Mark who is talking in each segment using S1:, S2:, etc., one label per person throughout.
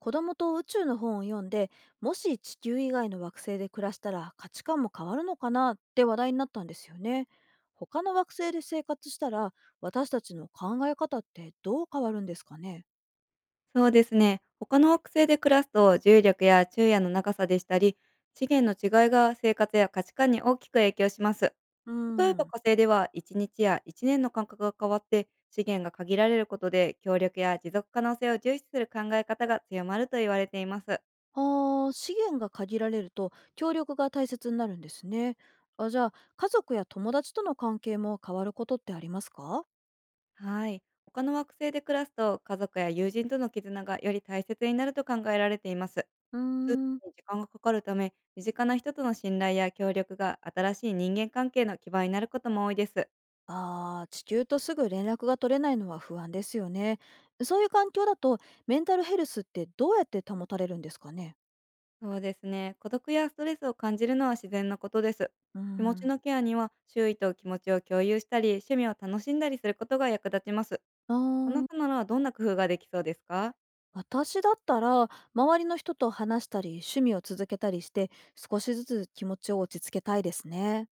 S1: 子供と宇宙の本を読んで、もし地球以外の惑星で暮らしたら価値観も変わるのかなって話題になったんですよね。他の惑星で生活したら、私たちの考え方ってどう変わるんですかね？
S2: そうですね。他の惑星で暮らすと重力や昼夜の長さでしたり、資源の違いが生活や価値観に大きく影響します。
S1: う
S2: 例えば
S1: ん。
S2: 火星では1日や1年の間隔が変わって資源が限られることで協力や持続可能性を重視する考え方が強まると言われています。
S1: ああ、資源が限られると協力が大切になるんですね。あ、じゃあ家族や友達との関係も変わることってありますか？
S2: はい。他の惑星で暮らすと家族や友人との絆がより大切になると考えられています。
S1: うー
S2: 通
S1: ん。
S2: 信に時間がかかるため、身近な人との信頼や協力が新しい人間関係の基盤になることも多いです。
S1: ああ、地球とすぐ連絡が取れないのは不安ですよね。そういう環境だと、メンタルヘルスってどうやって保たれるんですかね？
S2: そうですね。孤独やストレスを感じるのは自然なことです。
S1: うー
S2: 気持ち
S1: ん。
S2: のケアには、周囲と気持ちを共有したり、趣味を楽しんだりすることが役立ちます。
S1: あ
S2: あな
S1: ー
S2: たならどんな工夫ができそうですか？
S1: 私だったら、周りの人と話したり、趣味を続けたりして、少しずつ気持ちを落ち着けたいですね。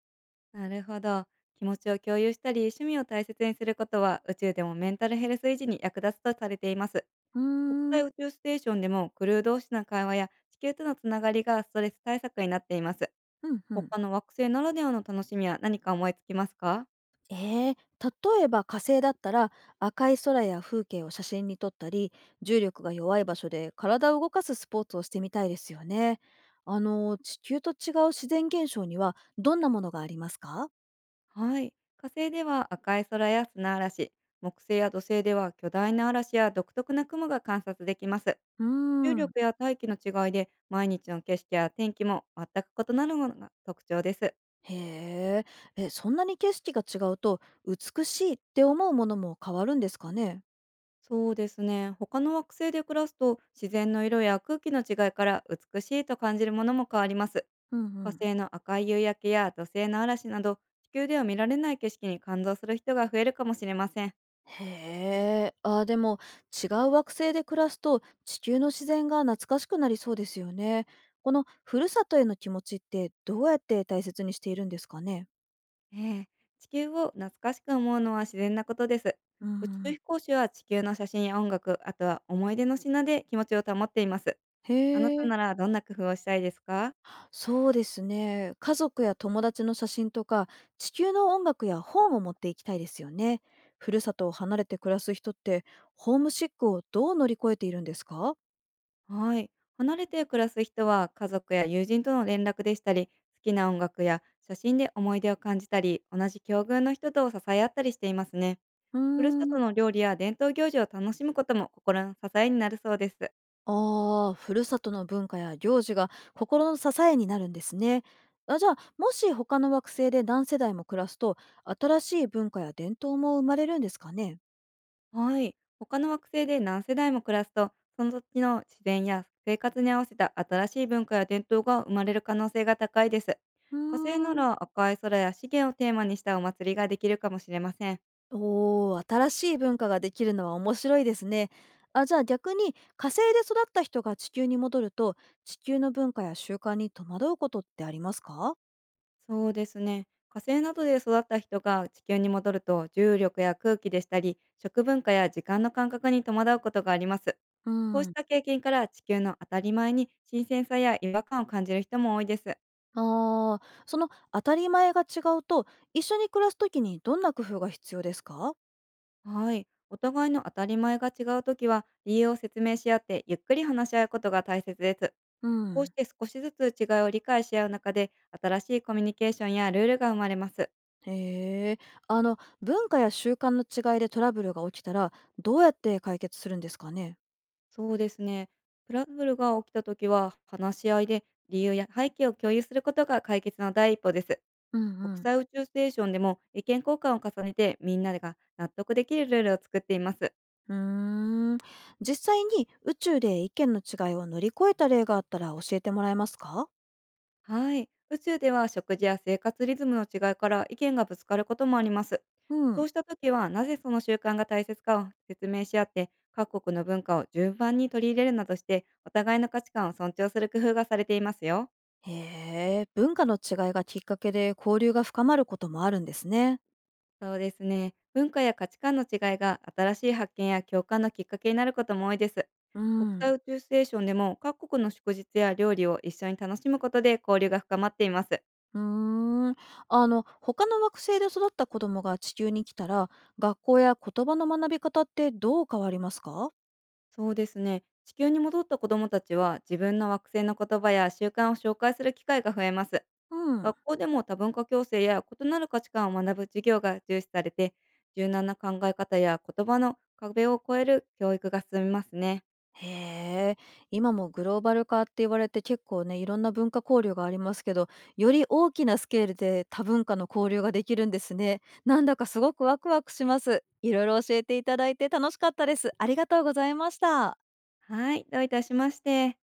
S2: なるほど。気持ちを共有したり、趣味を大切にすることは、宇宙でもメンタルヘルス維持に役立つとされています。
S1: うー
S2: 国際
S1: ん、
S2: 宇宙ステーションでもクルー同士の会話や地球とのつながりがストレス対策になっています。
S1: うん、うん。
S2: 他の惑星ならではの楽しみは何か思いつきますか？
S1: ええ、例えば火星だったら赤い空や風景を写真に撮ったり、重力が弱い場所で体を動かすスポーツをしてみたいですよね。地球と違う自然現象にはどんなものがありますか？
S2: はい。火星では赤い空や砂嵐、木星や土星では巨大な嵐や独特な雲が観察できます。
S1: うー
S2: 重
S1: ん。
S2: 力や大気の違いで毎日の景色や天気も全く異なるのが特徴です。
S1: へえ、え、そんなに景色が違うと美しいって思うものも変わるんですかね？
S2: そうですね。他の惑星で暮らすと自然の色や空気の違いから美しいと感じるものも変わります。
S1: うんう
S2: 火
S1: ん。
S2: 星の赤い夕焼けや土星の嵐など、地球では見られない景色に感動する人が増えるかもしれません。
S1: へえ、でも違う惑星で暮らすと地球の自然が懐かしくなりそうですよね。このふるさとへの気持ちってどうやって大切にしているんですかね。
S2: ええ、地球を懐かしく思うのは自然なことです。
S1: う
S2: 宇宙
S1: ん。
S2: 飛行士は地球の写真や音楽、あとは思い出の品で気持ちを保っています。
S1: へ
S2: あなた
S1: え、
S2: ならどんな工夫をしたいですか？
S1: そうですね。家族や友達の写真とか地球の音楽や本を持っていきたいですよね。ふるさとを離れて暮らす人ってホームシックをどう乗り越えているんですか？
S2: はい。離れて暮らす人は家族や友人との連絡でしたり、好きな音楽や写真で思い出を感じたり、同じ境遇の人と支え合ったりしていますね。
S1: うー
S2: ふるさと
S1: ん。
S2: の料理や伝統行事を楽しむことも心の支えになるそうです。
S1: ああ、ふるさとの文化や行事が心の支えになるんですね。あ、じゃあ、もし他の惑星で何世代も暮らすと、新しい文化や伝統も生まれるんですかね？
S2: はい。他の惑星で何世代も暮らすと、その土地の自然や生活に合わせた新しい文化や伝統が生まれる可能性が高いです。
S1: う
S2: 火星な
S1: ーん。
S2: ら赤い空や資源をテーマにしたお祭りができるかもしれません。
S1: おー、新しい文化ができるのは面白いですね。あ、じゃあ逆に火星で育った人が地球に戻ると、地球の文化や習慣に戸惑うことってありますか？
S2: そうですね。火星などで育った人が地球に戻ると、重力や空気でしたり食文化や時間の感覚に戸惑うことがあります。
S1: う
S2: こうし
S1: ん。
S2: た経験から、地球の当たり前に新鮮さや違和感を感じる人も多いです。
S1: その当たり前が違うと、一緒に暮らすときにどんな工夫が必要ですか？
S2: はい。お互いの当たり前が違うときは、理由を説明し合ってゆっくり話し合うことが大切です。
S1: う
S2: こうし
S1: ん。
S2: て少しずつ違いを理解し合う中で、新しいコミュニケーションやルールが生まれます。
S1: へえ、文化や習慣の違いでトラブルが起きたら、どうやって解決するんですかね？
S2: そうですね。トラブルが起きたときは、話し合いで理由や背景を共有することが解決の第一歩です。
S1: うんう
S2: 国
S1: ん。
S2: 際宇宙ステーションでも意見交換を重ねて、みんなが納得できるルールを作っています。
S1: うーん、実際に宇宙で意見の違いを乗り越えた例があったら教えてもらえますか？
S2: はい。宇宙では食事や生活リズムの違いから意見がぶつかることもあります。
S1: う
S2: そう
S1: ん。
S2: したときは、なぜその習慣が大切かを説明し合って、各国の文化を順番に取り入れるなどして、お互いの価値観を尊重する工夫がされていますよ。
S1: へえ、文化の違いがきっかけで交流が深まることもあるんですね。
S2: そうですね。文化や価値観の違いが新しい発見や共感のきっかけになることも多いです。
S1: う
S2: 国際
S1: ん。
S2: 宇宙ステーションでも各国の祝日や料理を一緒に楽しむことで交流が深まっています。
S1: うーん、他の惑星で育った子供が地球に来たら、学校や言葉の学び方ってどう変わりますか？
S2: そうですね。地球に戻った子どもたちは自分の惑星の言葉や習慣を紹介する機会が増えます。
S1: うん。
S2: 学校でも多文化共生や異なる価値観を学ぶ授業が重視されて、柔軟な考え方や言葉の壁を越える教育が進みますね。
S1: へえ、今もグローバル化って言われて結構ね、いろんな文化交流がありますけど、より大きなスケールで多文化の交流ができるんですね。なんだかすごくワクワクします。いろいろ教えていただいて楽しかったです。ありがとうございました。
S2: はい、どういたしまして。